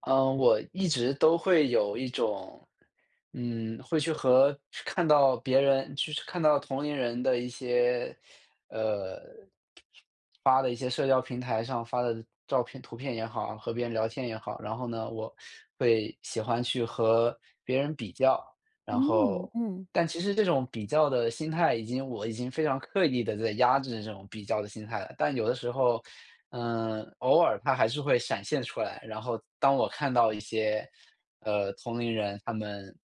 嗯，我一直都会有一种，会去和去看到别人，就是看到同龄人的一些，呃，发的一些社交平台上发的照片、图片也好，和别人聊天也好，然后呢，我会喜欢去和别人比较，然嗯后，嗯但其实这种比较的心态已经，我已经非常刻意的在压制这种比较的心态了，但有的时候，偶尔它还是会闪现出来，然后当我看到一些，同龄人他们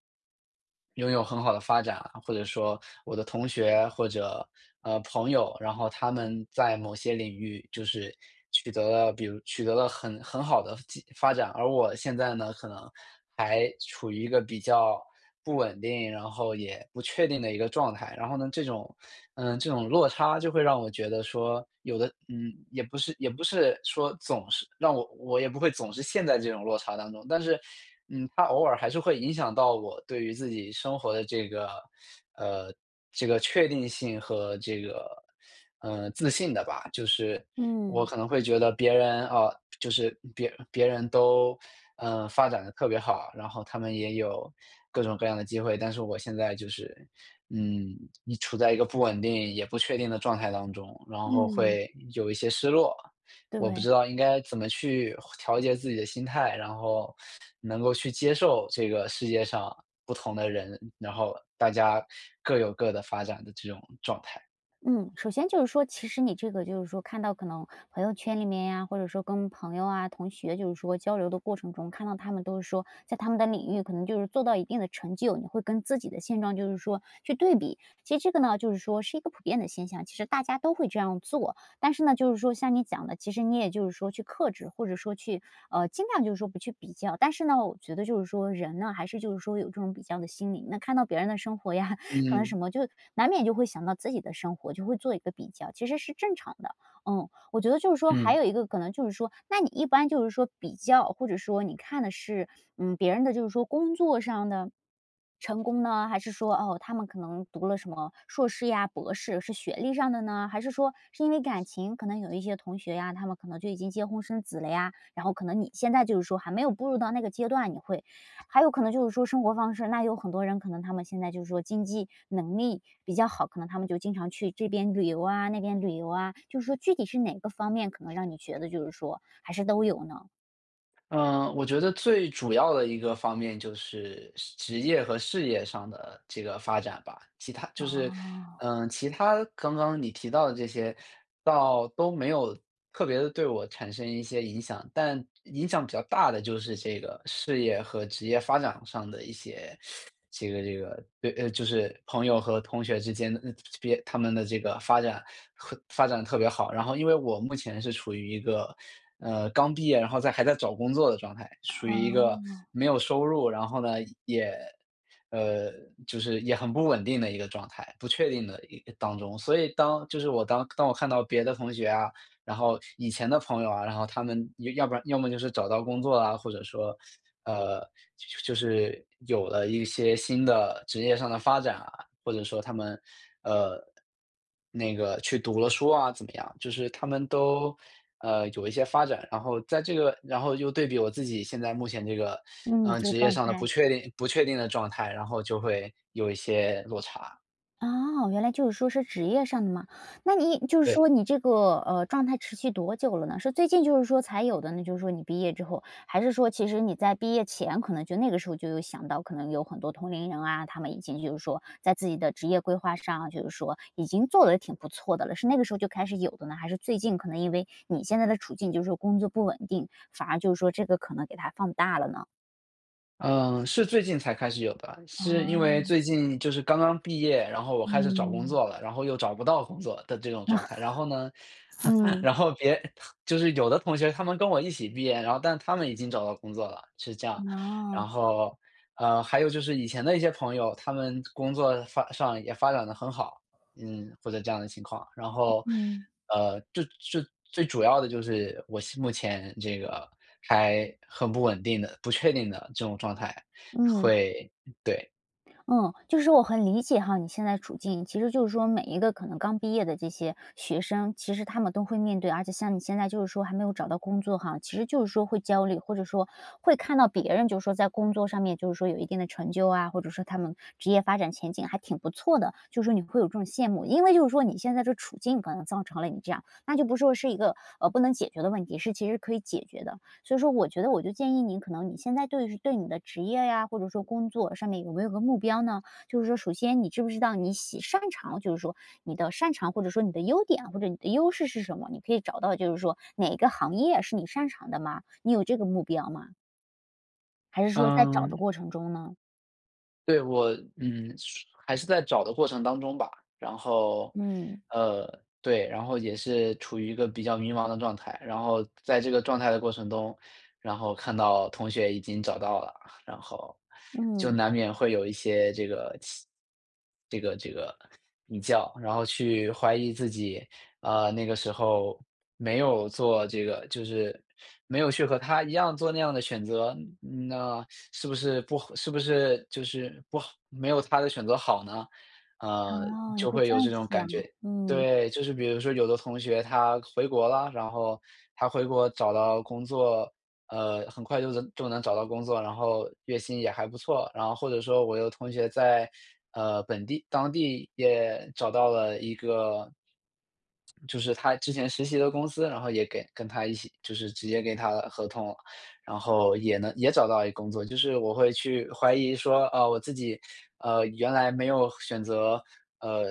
拥有很好的发展啊，或者说我的同学或者，朋友，然后他们在某些领域就是取得了比如取得了很好的进发展，而我现在呢，可能还处于一个比较不稳定，然后也不确定的一个状态。然后呢，这种，这种落差就会让我觉得说，有的，嗯，也不是说总是让我也不会总是陷在这种落差当中，但是，它偶尔还是会影响到我对于自己生活的这个，呃，这个确定性和这个自信的吧，就是我嗯可能会觉得别人啊，就是别人都，嗯发展的特别好，然后他们也有各种各样的机会，但是我现在就是，嗯，你处在一个不稳定也不确定的状态当中，然后嗯，会有一些失落。我不知对。道应该怎么去调节自己的心态，然后能够去接受这个世界上不同的人，然后大家各有各的发展的这种状态。嗯，首先就是说，其实你这个就是说看到可能朋友圈里面呀，或者说跟朋友啊、同学，就是说交流的过程中，看到他们都是说在他们的领域可能就是做到一定的成就，你会跟自己的现状就是说去对比。其实这个呢，就是说是一个普遍的现象，其实大家都会这样做。但是呢，就是说像你讲的，其实你也就是说去克制，或者说去尽量就是说不去比较。但是呢，我觉得就是说人呢，还是就是说有这种比较的心理。那看到别人的生活呀，可能嗯。什么，就难免就会想到自己的生活，就会做一个比较，其实是正常的。嗯，我觉得就是说还嗯，有一个可能就是说，那你一般就是说比较，或者说你看的是，嗯，别人的就是说工作上的成功呢，还是说哦，他们可能读了什么硕士呀、博士，是学历上的呢？还是说是因为感情？可能有一些同学呀，他们可能就已经结婚生子了呀，然后可能你现在就是说还没有步入到那个阶段，你会还有可能就是说生活方式，那有很多人可能他们现在就是说经济能力比较好，可能他们就经常去这边旅游啊，那边旅游啊，就是说具体是哪个方面可能让你觉得就是说还是都有呢？嗯，我觉得最主要的一个方面就是职业和事业上的这个发展吧，其他就是，哦，嗯、其他刚刚你提到的这些，倒都没有特别的对我产生一些影响，但影响比较大的就是这个事业和职业发展上的一些。这个对，就是朋友和同学之间的别他们的这个发展和发展特别好。然后因为我目前是处于一个，刚毕业，然后在还在找工作的状态，属于哦。一个没有收入，然后呢也，呃，就是也很不稳定的一个状态，不确定的一个当中。所以当就是我当我看到别的同学啊，然后以前的朋友啊，然后他们要不然要么就是找到工作啊，或者说呃，就是有了一些新的职业上的发展啊，或者说他们，呃，那个去读了书啊，怎么样？就是他们都，有一些发展。然后在这个，然后又对比我自己现在目前这个，嗯、嗯，呃这个职业状上的态。不确定的状态，然后就会有一些落差。哦，原来就是说是职业上的嘛。那你就是对。说你这个，状态持续多久了呢？是最近就是说才有的呢，就是说你毕业之后，还是说其实你在毕业前可能就那个时候就有想到，可能有很多同龄人啊，他们已经就是说在自己的职业规划上啊，就是说已经做的挺不错的了，是那个时候就开始有的呢？还是最近可能因为你现在的处境就是说工作不稳定，反而就是说这个可能给它放大了呢？嗯，是最近才开始有的，啊，是因为最近就是刚刚毕业，然后我开始找工嗯，作了，然后又找不到工作的这种状态。然后呢，嗯，然后别，就是有的同学他们跟我一起毕业，然后但他们已经找到工作了，是哦，这样。嗯，嗯，然哦，后，还有就是以前的一些朋友，他们工作发上也发展的很好，嗯，或者这样的情况。然后，嗯。就最主要的就是我现目前这个还很不稳定的、不确定的这种状态，嗯。会对，嗯，就是说我很理解哈，你现在处境，其实就是说每一个可能刚毕业的这些学生，其实他们都会面对，而且像你现在就是说还没有找到工作哈，其实就是说会焦虑，或者说会看到别人就是说在工作上面就是说有一定的成就啊，或者说他们职业发展前景还挺不错的，就是说你会有这种羡慕，因为就是说你现在这处境可能造成了你这样，那就不是说是一个不能解决的问题，是其实可以解决的。所以说我觉得我就建议你，可能你现在对你的职业呀，或者说工作上面有没有个目标呢？就是说，首先你知不知道你喜擅长，就是说你的擅长或者说你的优点或者你的优势是什么？你可以找到，就是说哪个行业是你擅长的吗？你有这个目标吗？还是说在找的嗯。过程中呢？对，我嗯，还是在找的过程当中吧，然后，嗯呃，对，然后也是处于一个比较迷茫的状态，然后在这个状态的过程中，然后看到同学已经找到了，然后就嗯，难免会有一些这个起这个这个比较，然后去怀疑自己，那个时候没有做这个，就是没有去和他一样做那样的选择，嗯那是不是不是不是就是不好没有他的选择好呢？呃，哦，你就会会这有样这种感觉。想，嗯，对，就是比如说有的同学他回国了，然后他回国找到工作，很快就能找到工作，然后月薪也还不错。然后或者说我有同学在，本地当地也找到了一个就是他之前实习的公司，然后也给跟他一起就是直接给他合同了。然后也能也找到一个工作，就是我会去怀疑说，我自己，原来没有选择，呃，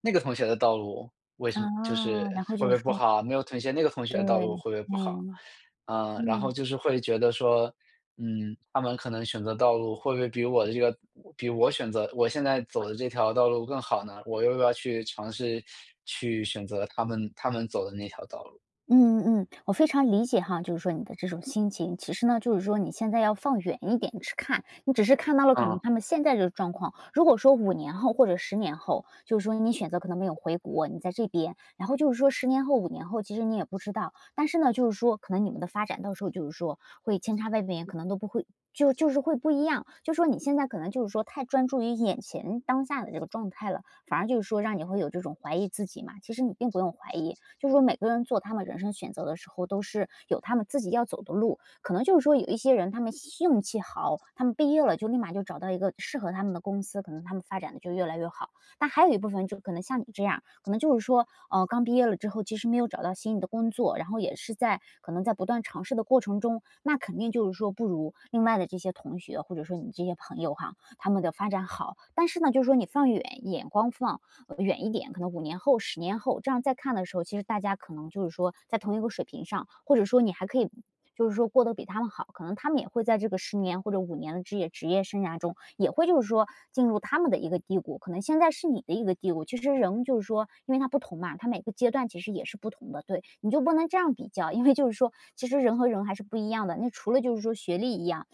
那个同学的道路，为什啊，么就是然后会不就会是不说，好？没有选择那个同学对，的道路会不会不好？嗯嗯，然后嗯。就是会觉得说，他们可能选择道路会不会比我的这个比我选择我现在走的这条道路更好呢？我又要去尝试去选择他们走的那条道路，嗯嗯，我非常理解哈，就是说你的这种心情。其实呢，就是说你现在要放远一点去看，你只是看到了可能嗯。他们现在这个状况。如果说五年后或者十年后，就是说你选择可能没有回国，你在这边，然后就是说十年后、五年后，其实你也不知道。但是呢，就是说可能你们的发展到时候就是说会千差万别，可能都不会。就是会不一样，就说你现在可能就是说太专注于眼前当下的这个状态了，反而就是说让你会有这种怀疑自己嘛。其实你并不用怀疑，就是说每个人做他们人生选择的时候，都是有他们自己要走的路。可能就是说有一些人，他们运气好，他们毕业了就立马就找到一个适合他们的公司，可能他们发展的就越来越好。但还有一部分就可能像你这样，可能就是说，刚毕业了之后，其实没有找到心仪的工作，然后也是在可能在不断尝试的过程中，那肯定就是说不如另外的这些同学或者说你这些朋友哈，他们的发展好。但是呢，就是说你放远眼光放，远一点，可能五年后、十年后，这样再看的时候，其实大家可能就是说在同一个水平上，或者说你还可以。就是说过得比他们好，可能他们也会在这个十年或者五年的职业生涯中，也会就是说进入他们的一个低谷，可能现在是你的一个低谷。其实人就是说，因为他不同嘛，他每个阶段其实也是不同的，对，你就不能这样比较，因为就是说，其实人和人还是不一样的。那除了就是说学历一样。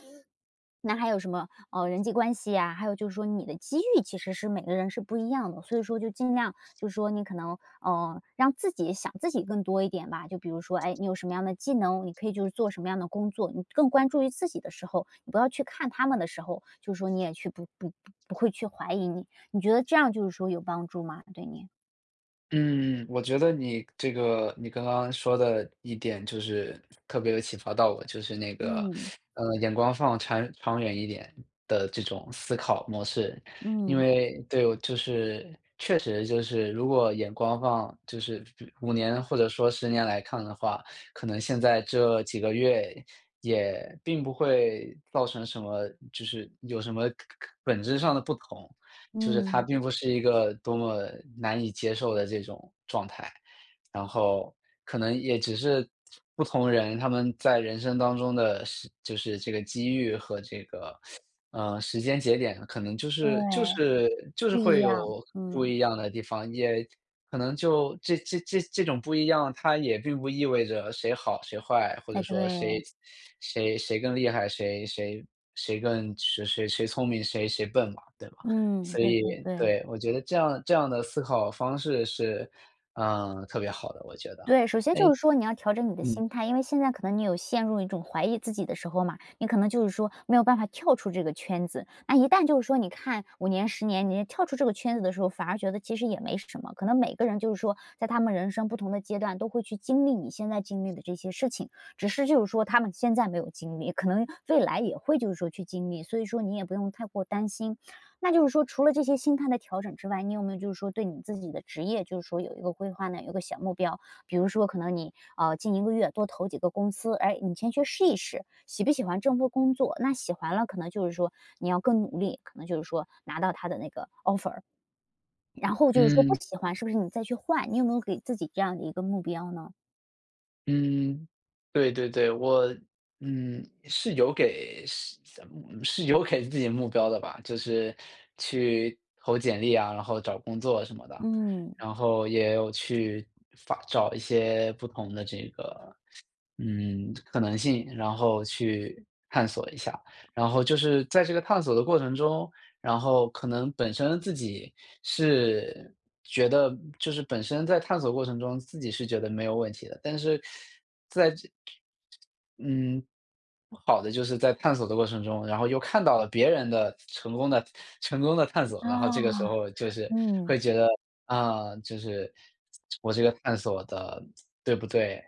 那还有什么，人际关系呀，还有就是说你的机遇其实是每个人是不一样的，所以说就尽量就是说你可能，让自己想自己更多一点吧。就比如说，哎，你有什么样的技能，你可以就是做什么样的工作，你更关注于自己的时候，你不要去看他们的时候，就是说你也去不会去怀疑你，你觉得这样就是说有帮助吗？对你？嗯，我觉得你这个你刚刚说的一点就是特别有启发到我，就是那个，嗯，眼光放长远一点的这种思考模式。因嗯，为对，我就是确实就是如果眼光放就是5年或者说10年来看的话，可能现在这几个月也并不会造成什么就是有什么本质上的不同。就是它嗯，并不是一个多么难以接受的这种状态。然后可能也只是不同人他们在人生当中的时就是这个机遇和这个，时间节点，可能就是就对，是就是不一会样，有不嗯，一样的地方，也可能就这种不一样，它也并不意味着谁好谁坏，或者哎，说对，谁更厉害，谁聪明，谁笨嘛，对吧？嗯，所对以对对。对，我觉得这样的思考方式是，嗯，特别好的，我觉得。对，首先哎，就是说你要调整你的嗯，心态，因为现在可能你有陷入一种怀疑自己的时候嘛，你可能就是说没有办法跳出这个圈子。那一旦就是说你看五年、十年，你跳出这个圈子的时候，反而觉得其实也没什么。可能每个人就是说，在他们人生不同的阶段，都会去经历你现在经历的这些事情，只是就是说他们现在没有经历，可能未来也会就是说去经历，所以说你也不用太过担心。那就是说，除了这些心态的调整之外，你有没有就是说对你自己的职业，就是说有一个规划呢，有一个小目标？比如说可能你，近一个月多投几个公司，哎，你先去试一试，喜不喜欢这份工作，那喜欢了可能就是说你要更努力，可能就是说拿到他的那个 offer，然后就是说不嗯，喜欢是不是你再去换，你有没有给自己这样的一个目标呢？嗯，对对对，我，嗯，是有给是嗯，是有给自己目标的吧，就是去投简历啊，然后找工作什么的，嗯。然后也有去发找一些不同的这个嗯，可能性，然后去探索一下。然后就是在这个探索的过程中，然后可能本身自己是觉得就是本身在探索过程中自己是觉得没有问题的，但是在这嗯，不好的就是在探索的过程中，然后又看到了别人的成功的探索，啊，然后这个时候就是嗯，会觉得，啊，就是我这个探索的对不对？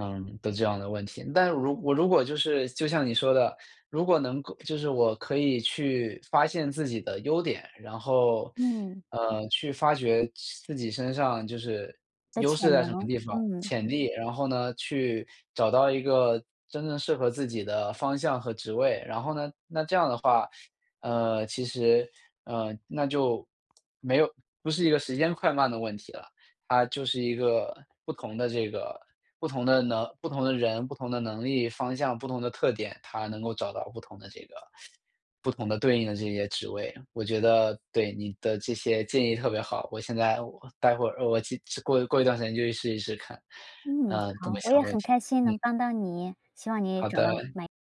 嗯，的这样的问题。但如我如果就是就像你说的，如果能够就是我可以去发现自己的优点，然后，嗯，去发掘自己身上就是的优势潜在什么能，地方，嗯，潜力，然后呢，去找到一个真正适合自己的方向和职位，然后呢，那这样的话，其实，那就没有不是一个时间快慢的问题了。他就是一个不同的这个不同的能不同的人、不同的能力方向、不同的特点，他能够找到不同的这个不同的对应的这些职位。我觉得对，你的这些建议特别好，我现在我待会儿我去过一段时间就去试一试看，嗯，嗯这么好，我想也问很题。开心能帮到你，希望你好找的。到满